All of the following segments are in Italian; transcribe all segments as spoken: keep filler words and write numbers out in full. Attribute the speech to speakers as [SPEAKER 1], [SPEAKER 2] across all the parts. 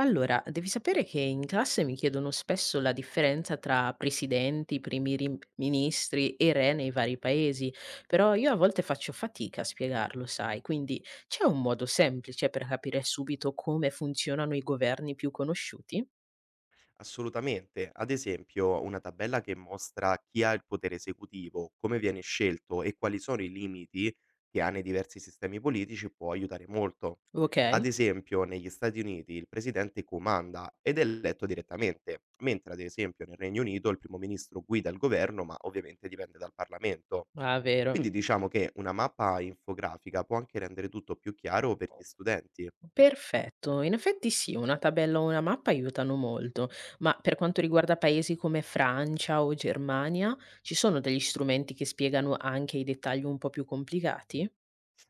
[SPEAKER 1] Allora, devi sapere che in classe mi chiedono spesso la differenza tra presidenti, primi rim- ministri e re nei vari paesi, però io a volte faccio fatica a spiegarlo, sai, quindi c'è un modo semplice per capire subito come funzionano i governi più conosciuti?
[SPEAKER 2] Assolutamente. Ad esempio, una tabella che mostra chi ha il potere esecutivo, come viene scelto e quali sono i limiti che hanno i diversi sistemi politici può aiutare molto. Ad
[SPEAKER 1] Ok?
[SPEAKER 2] esempio, negli Stati Uniti il presidente comanda ed è eletto direttamente, mentre ad esempio nel Regno Unito il primo ministro guida il governo, ma ovviamente dipende dal Parlamento.
[SPEAKER 1] Ah, vero.
[SPEAKER 2] Quindi diciamo che una mappa infografica può anche rendere tutto più chiaro per gli studenti.
[SPEAKER 1] Perfetto, in effetti sì, una tabella o una mappa aiutano molto, ma per quanto riguarda paesi come Francia o Germania, ci sono degli strumenti che spiegano anche i dettagli un po' più complicati?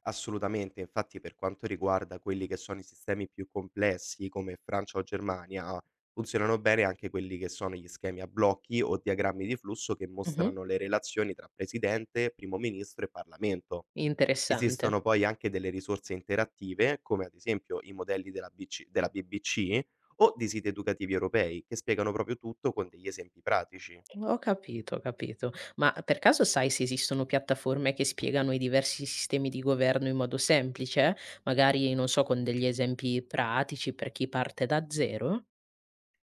[SPEAKER 2] Assolutamente, infatti per quanto riguarda quelli che sono i sistemi più complessi come Francia o Germania, funzionano bene anche quelli che sono gli schemi a blocchi o diagrammi di flusso che
[SPEAKER 1] Mh-mh.
[SPEAKER 2] mostrano le relazioni tra presidente, primo ministro e Parlamento.
[SPEAKER 1] Interessante.
[SPEAKER 2] Esistono poi anche delle risorse interattive, come ad esempio i modelli della, B C della B B C o di siti educativi europei, che spiegano proprio tutto con degli esempi pratici.
[SPEAKER 1] Ho capito, ho capito. Ma per caso sai se esistono piattaforme che spiegano i diversi sistemi di governo in modo semplice? Magari, non so, con degli esempi pratici per chi parte da zero?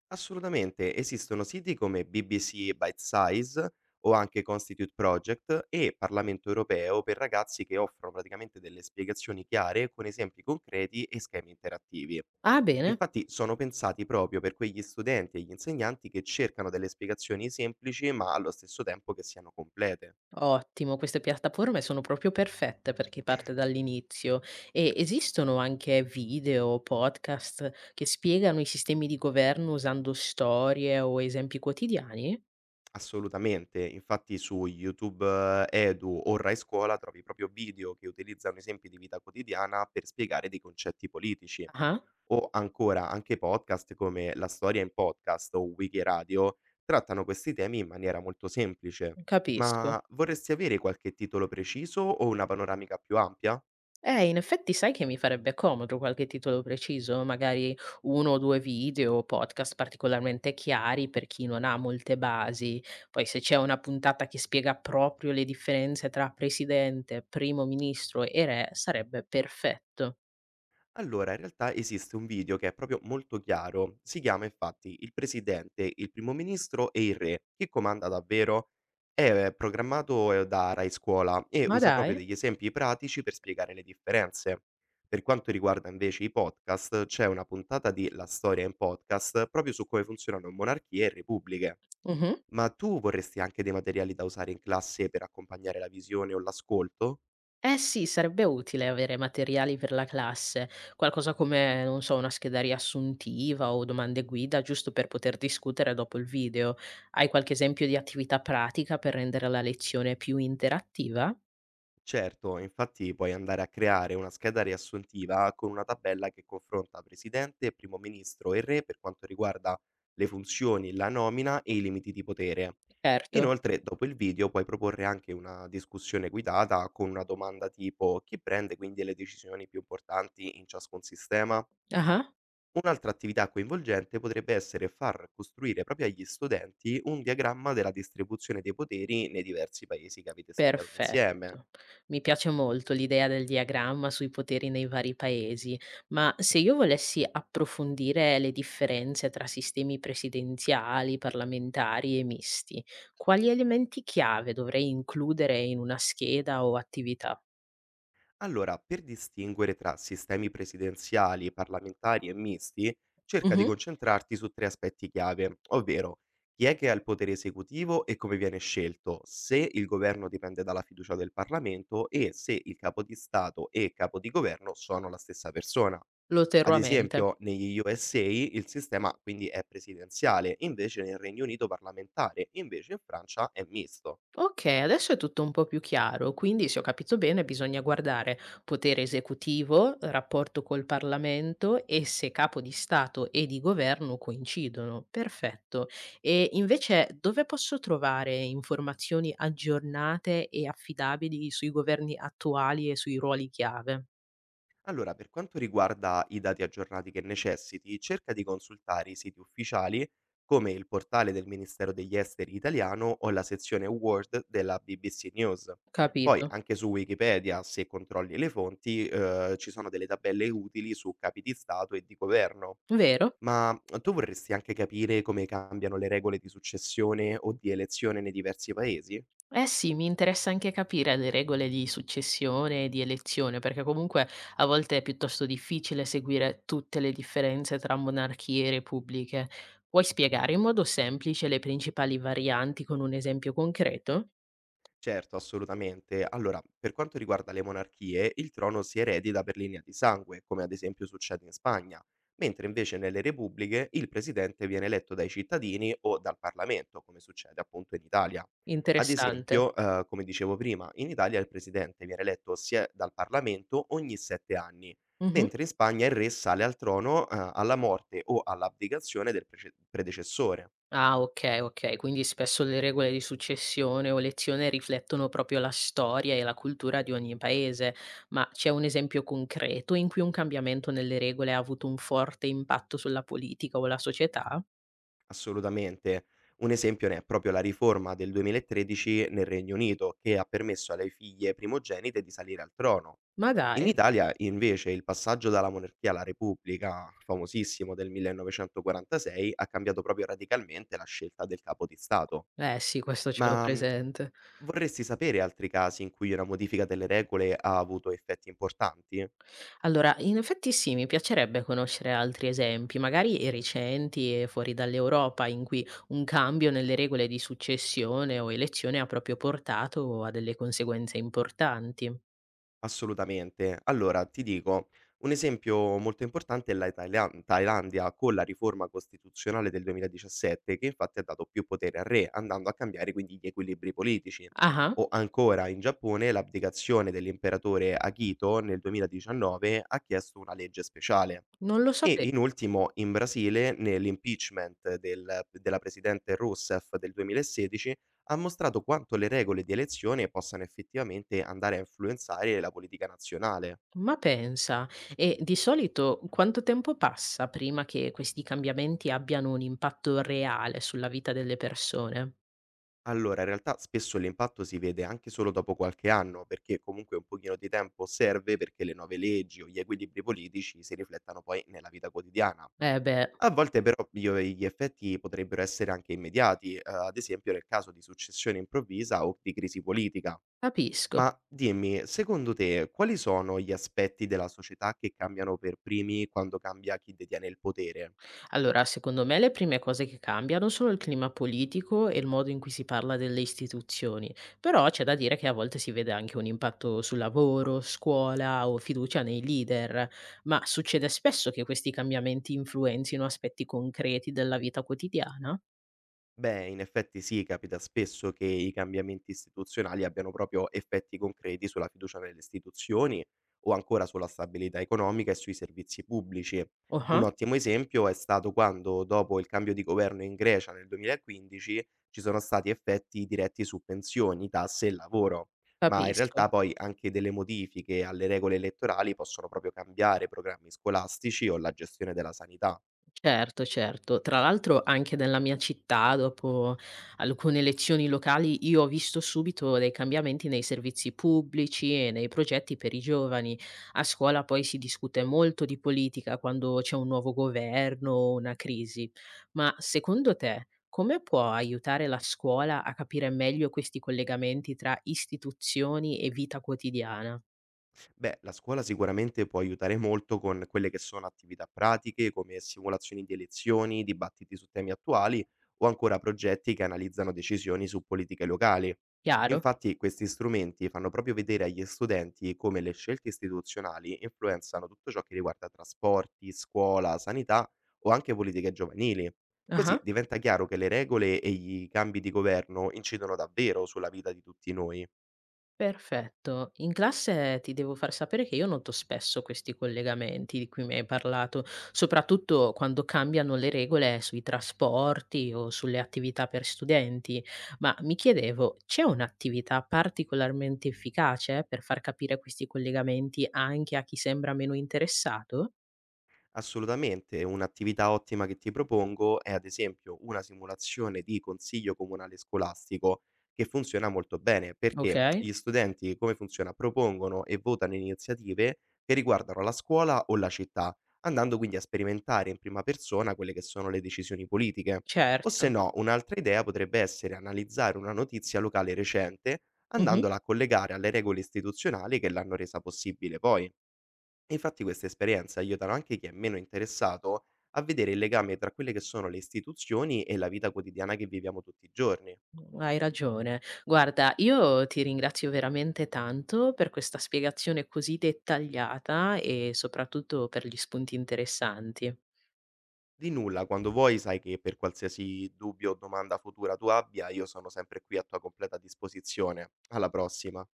[SPEAKER 2] Assolutamente, esistono siti come B B C Bitesize o anche Constitute Project e Parlamento Europeo per ragazzi che offrono praticamente delle spiegazioni chiare con esempi concreti e schemi interattivi.
[SPEAKER 1] Ah, bene,
[SPEAKER 2] Infatti sono pensati proprio per quegli studenti e gli insegnanti che cercano delle spiegazioni semplici ma allo stesso tempo che siano complete.
[SPEAKER 1] ottimo. Queste piattaforme sono proprio perfette per chi parte dall'inizio. E esistono anche video o podcast che spiegano i sistemi di governo usando storie o esempi quotidiani?
[SPEAKER 2] Assolutamente. Infatti su YouTube eh, Edu o Rai Scuola trovi proprio video che utilizzano esempi di vita quotidiana per spiegare dei concetti politici.
[SPEAKER 1] Ah-ah,
[SPEAKER 2] O ancora anche podcast come La storia in podcast o Wiki Radio trattano questi temi in maniera molto semplice.
[SPEAKER 1] capisco.
[SPEAKER 2] Ma vorresti avere qualche titolo preciso o una panoramica più ampia?
[SPEAKER 1] Eh, in effetti sai che mi farebbe comodo qualche titolo preciso, magari uno o due video o podcast particolarmente chiari per chi non ha molte basi. Poi se c'è una puntata che spiega proprio le differenze tra presidente, primo ministro e re, sarebbe perfetto.
[SPEAKER 2] Allora, in realtà esiste un video che è proprio molto chiaro. Si chiama infatti Il presidente, il primo ministro e il re. Chi comanda davvero? È eh, programmato eh, da Rai Scuola e
[SPEAKER 1] Ma
[SPEAKER 2] usa proprio
[SPEAKER 1] dai?
[SPEAKER 2] degli esempi pratici per spiegare le differenze. Per quanto riguarda invece i podcast, c'è una puntata di La storia in podcast proprio su come funzionano monarchie e repubbliche.
[SPEAKER 1] Mh-mh.
[SPEAKER 2] Ma tu vorresti anche dei materiali da usare in classe per accompagnare la visione o l'ascolto?
[SPEAKER 1] Eh sì, sarebbe utile avere materiali per la classe, qualcosa come, non so, una scheda riassuntiva o domande guida, giusto per poter discutere dopo il video. Hai qualche esempio di attività pratica per rendere la lezione più interattiva?
[SPEAKER 2] Certo, infatti puoi andare a creare una scheda riassuntiva con una tabella che confronta presidente, primo ministro e re per quanto riguarda le funzioni, la nomina e i limiti di potere.
[SPEAKER 1] Certo.
[SPEAKER 2] Inoltre, dopo il video puoi proporre anche una discussione guidata con una domanda tipo chi prende quindi le decisioni più importanti in ciascun sistema?
[SPEAKER 1] Ah.
[SPEAKER 2] Un'altra attività coinvolgente potrebbe essere far costruire proprio agli studenti un diagramma della distribuzione dei poteri nei diversi paesi che avete studiato
[SPEAKER 1] Perfetto.
[SPEAKER 2] insieme.
[SPEAKER 1] Mi piace molto l'idea del diagramma sui poteri nei vari paesi, ma se io volessi approfondire le differenze tra sistemi presidenziali, parlamentari e misti, quali elementi chiave dovrei includere in una scheda o attività?
[SPEAKER 2] Allora, per distinguere tra sistemi presidenziali, parlamentari e misti, cerca di
[SPEAKER 1] Mhm.
[SPEAKER 2] concentrarti su tre aspetti chiave, ovvero chi è che ha il potere esecutivo e come viene scelto, se il governo dipende dalla fiducia del Parlamento e se il capo di Stato e capo di governo sono la stessa persona.
[SPEAKER 1] Lo terrò
[SPEAKER 2] Ad
[SPEAKER 1] a mente.
[SPEAKER 2] esempio, negli U S A il sistema quindi è presidenziale, invece nel Regno Unito parlamentare, invece in Francia è misto.
[SPEAKER 1] Okay, adesso è tutto un po' più chiaro, quindi se ho capito bene bisogna guardare potere esecutivo, rapporto col Parlamento e se capo di Stato e di governo coincidono. Perfetto. E invece dove posso trovare informazioni aggiornate e affidabili sui governi attuali e sui ruoli chiave?
[SPEAKER 2] Allora, per quanto riguarda i dati aggiornati che necessiti, cerca di consultare i siti ufficiali come il portale del Ministero degli Esteri italiano o la sezione Word della B B C News. Poi
[SPEAKER 1] Capito.
[SPEAKER 2] anche su Wikipedia, se controlli le fonti, eh, ci sono delle tabelle utili su capi di Stato e di governo.
[SPEAKER 1] Vero?
[SPEAKER 2] Ma tu vorresti anche capire come cambiano le regole di successione o di elezione nei diversi paesi?
[SPEAKER 1] Eh sì, mi interessa anche capire le regole di successione e di elezione, perché comunque a volte è piuttosto difficile seguire tutte le differenze tra monarchie e repubbliche. Puoi spiegare in modo semplice le principali varianti con un esempio concreto?
[SPEAKER 2] Certo, assolutamente. Allora, per quanto riguarda le monarchie, il trono si eredita per linea di sangue, come ad esempio succede in Spagna, mentre invece nelle repubbliche il presidente viene eletto dai cittadini o dal Parlamento, come succede appunto in Italia. Ad
[SPEAKER 1] Interessante.
[SPEAKER 2] esempio, eh, come dicevo prima, in Italia il presidente viene eletto sia dal Parlamento ogni sette anni, mentre in Spagna il re sale al trono, eh, alla morte o all'abdicazione del prece- predecessore.
[SPEAKER 1] Ah okay, okay, quindi spesso le regole di successione o elezione riflettono proprio la storia e la cultura di ogni paese, ma c'è un esempio concreto in cui un cambiamento nelle regole ha avuto un forte impatto sulla politica o la società?
[SPEAKER 2] Assolutamente. Un esempio ne è proprio la riforma del duemilatredici nel Regno Unito, che ha permesso alle figlie primogenite di salire al trono.
[SPEAKER 1] Ma
[SPEAKER 2] In
[SPEAKER 1] dai.
[SPEAKER 2] Italia, invece, il passaggio dalla monarchia alla repubblica, famosissimo del millenovecentoquarantasei, ha cambiato proprio radicalmente la scelta del capo di Stato.
[SPEAKER 1] Eh sì, questo ce l'ho
[SPEAKER 2] Ma mh,
[SPEAKER 1] presente.
[SPEAKER 2] Vorresti sapere altri casi in cui una modifica delle regole ha avuto effetti importanti?
[SPEAKER 1] Allora, in effetti sì, mi piacerebbe conoscere altri esempi, magari recenti e fuori dall'Europa, in cui un cambio nelle regole di successione o elezione ha proprio portato a delle conseguenze importanti.
[SPEAKER 2] Assolutamente. Allora, ti dico, un esempio molto importante è la Thailan Thailandia con la riforma costituzionale del duemiladiciassette che infatti ha dato più potere al re, andando a cambiare quindi gli equilibri politici.
[SPEAKER 1] Ah-ah,
[SPEAKER 2] O ancora in Giappone l'abdicazione dell'imperatore Akito nel duemiladiciannove ha chiesto una legge speciale.
[SPEAKER 1] non lo
[SPEAKER 2] E
[SPEAKER 1] sape
[SPEAKER 2] in ultimo in Brasile, nell'impeachment del della presidente Rousseff del duemilasedici, ha mostrato quanto le regole di elezione possano effettivamente andare a influenzare la politica nazionale.
[SPEAKER 1] ma pensa. E di solito quanto tempo passa prima che questi cambiamenti abbiano un impatto reale sulla vita delle persone?
[SPEAKER 2] Allora, in realtà spesso l'impatto si vede anche solo dopo qualche anno, perché comunque un pochino di tempo serve perché le nuove leggi o gli equilibri politici si riflettano poi nella vita quotidiana.
[SPEAKER 1] Eh beh,
[SPEAKER 2] A volte però gli o gli effetti potrebbero essere anche immediati, ehm, ad esempio nel caso di successione improvvisa o di crisi politica.
[SPEAKER 1] capisco.
[SPEAKER 2] Ma dimmi, secondo te quali sono gli aspetti della società che cambiano per primi quando cambia chi detiene il potere?
[SPEAKER 1] Allora, secondo me le prime cose che cambiano sono il clima politico e il modo in cui si parla delle istituzioni, però c'è da dire che a volte si vede anche un impatto sul lavoro, scuola o fiducia nei leader. Ma succede spesso che questi cambiamenti influenzino aspetti concreti della vita quotidiana?
[SPEAKER 2] Beh, in effetti sì, capita spesso che i cambiamenti istituzionali abbiano proprio effetti concreti sulla fiducia nelle istituzioni o ancora sulla stabilità economica e sui servizi pubblici. Un
[SPEAKER 1] Ah-ah.
[SPEAKER 2] ottimo esempio è stato quando, dopo il cambio di governo in Grecia nel duemilaquindici, ci sono stati effetti diretti su pensioni, tasse e lavoro, ma in realtà
[SPEAKER 1] Capisco,
[SPEAKER 2] poi anche delle modifiche alle regole elettorali possono proprio cambiare programmi scolastici o la gestione della sanità.
[SPEAKER 1] certo, certo. Tra l'altro anche nella mia città, dopo alcune elezioni locali, io ho visto subito dei cambiamenti nei servizi pubblici e nei progetti per i giovani. A scuola poi si discute molto di politica quando c'è un nuovo governo o una crisi. Ma secondo te, come può aiutare la scuola a capire meglio questi collegamenti tra istituzioni e vita quotidiana?
[SPEAKER 2] Beh, la scuola sicuramente può aiutare molto con quelle che sono attività pratiche, come simulazioni di elezioni, dibattiti su temi attuali o ancora progetti che analizzano decisioni su politiche locali.
[SPEAKER 1] Chiaro?
[SPEAKER 2] Infatti, questi strumenti fanno proprio vedere agli studenti come le scelte istituzionali influenzano tutto ciò che riguarda trasporti, scuola, sanità o anche politiche giovanili.
[SPEAKER 1] Ah.
[SPEAKER 2] Così diventa chiaro che le regole e i cambi di governo incidono davvero sulla vita di tutti noi.
[SPEAKER 1] Perfetto. In classe ti devo far sapere che io noto spesso questi collegamenti di cui mi hai parlato, soprattutto quando cambiano le regole sui trasporti o sulle attività per studenti, ma mi chiedevo, c'è un'attività particolarmente efficace per far capire questi collegamenti anche a chi sembra meno interessato?
[SPEAKER 2] Assolutamente, un'attività ottima che ti propongo è ad esempio una simulazione di consiglio comunale scolastico che funziona molto bene
[SPEAKER 1] Ok,
[SPEAKER 2] perché gli studenti come funziona? Propongono e votano iniziative che riguardano la scuola o la città, andando quindi a sperimentare in prima persona quelle che sono le decisioni politiche. O se
[SPEAKER 1] certo.
[SPEAKER 2] no, un'altra idea potrebbe essere analizzare una notizia locale recente andandola a collegare alle regole istituzionali che l'hanno resa possibile poi. E infatti queste esperienze aiutano anche chi è meno interessato a vedere il legame tra quelle che sono le istituzioni e la vita quotidiana che viviamo tutti i giorni.
[SPEAKER 1] Mm, hai ragione. Guarda, io ti ringrazio veramente tanto per questa spiegazione così dettagliata e soprattutto per gli spunti interessanti.
[SPEAKER 2] Di nulla, quando vuoi sai che per qualsiasi dubbio o domanda futura tu abbia, io sono sempre qui a tua completa disposizione. Alla prossima.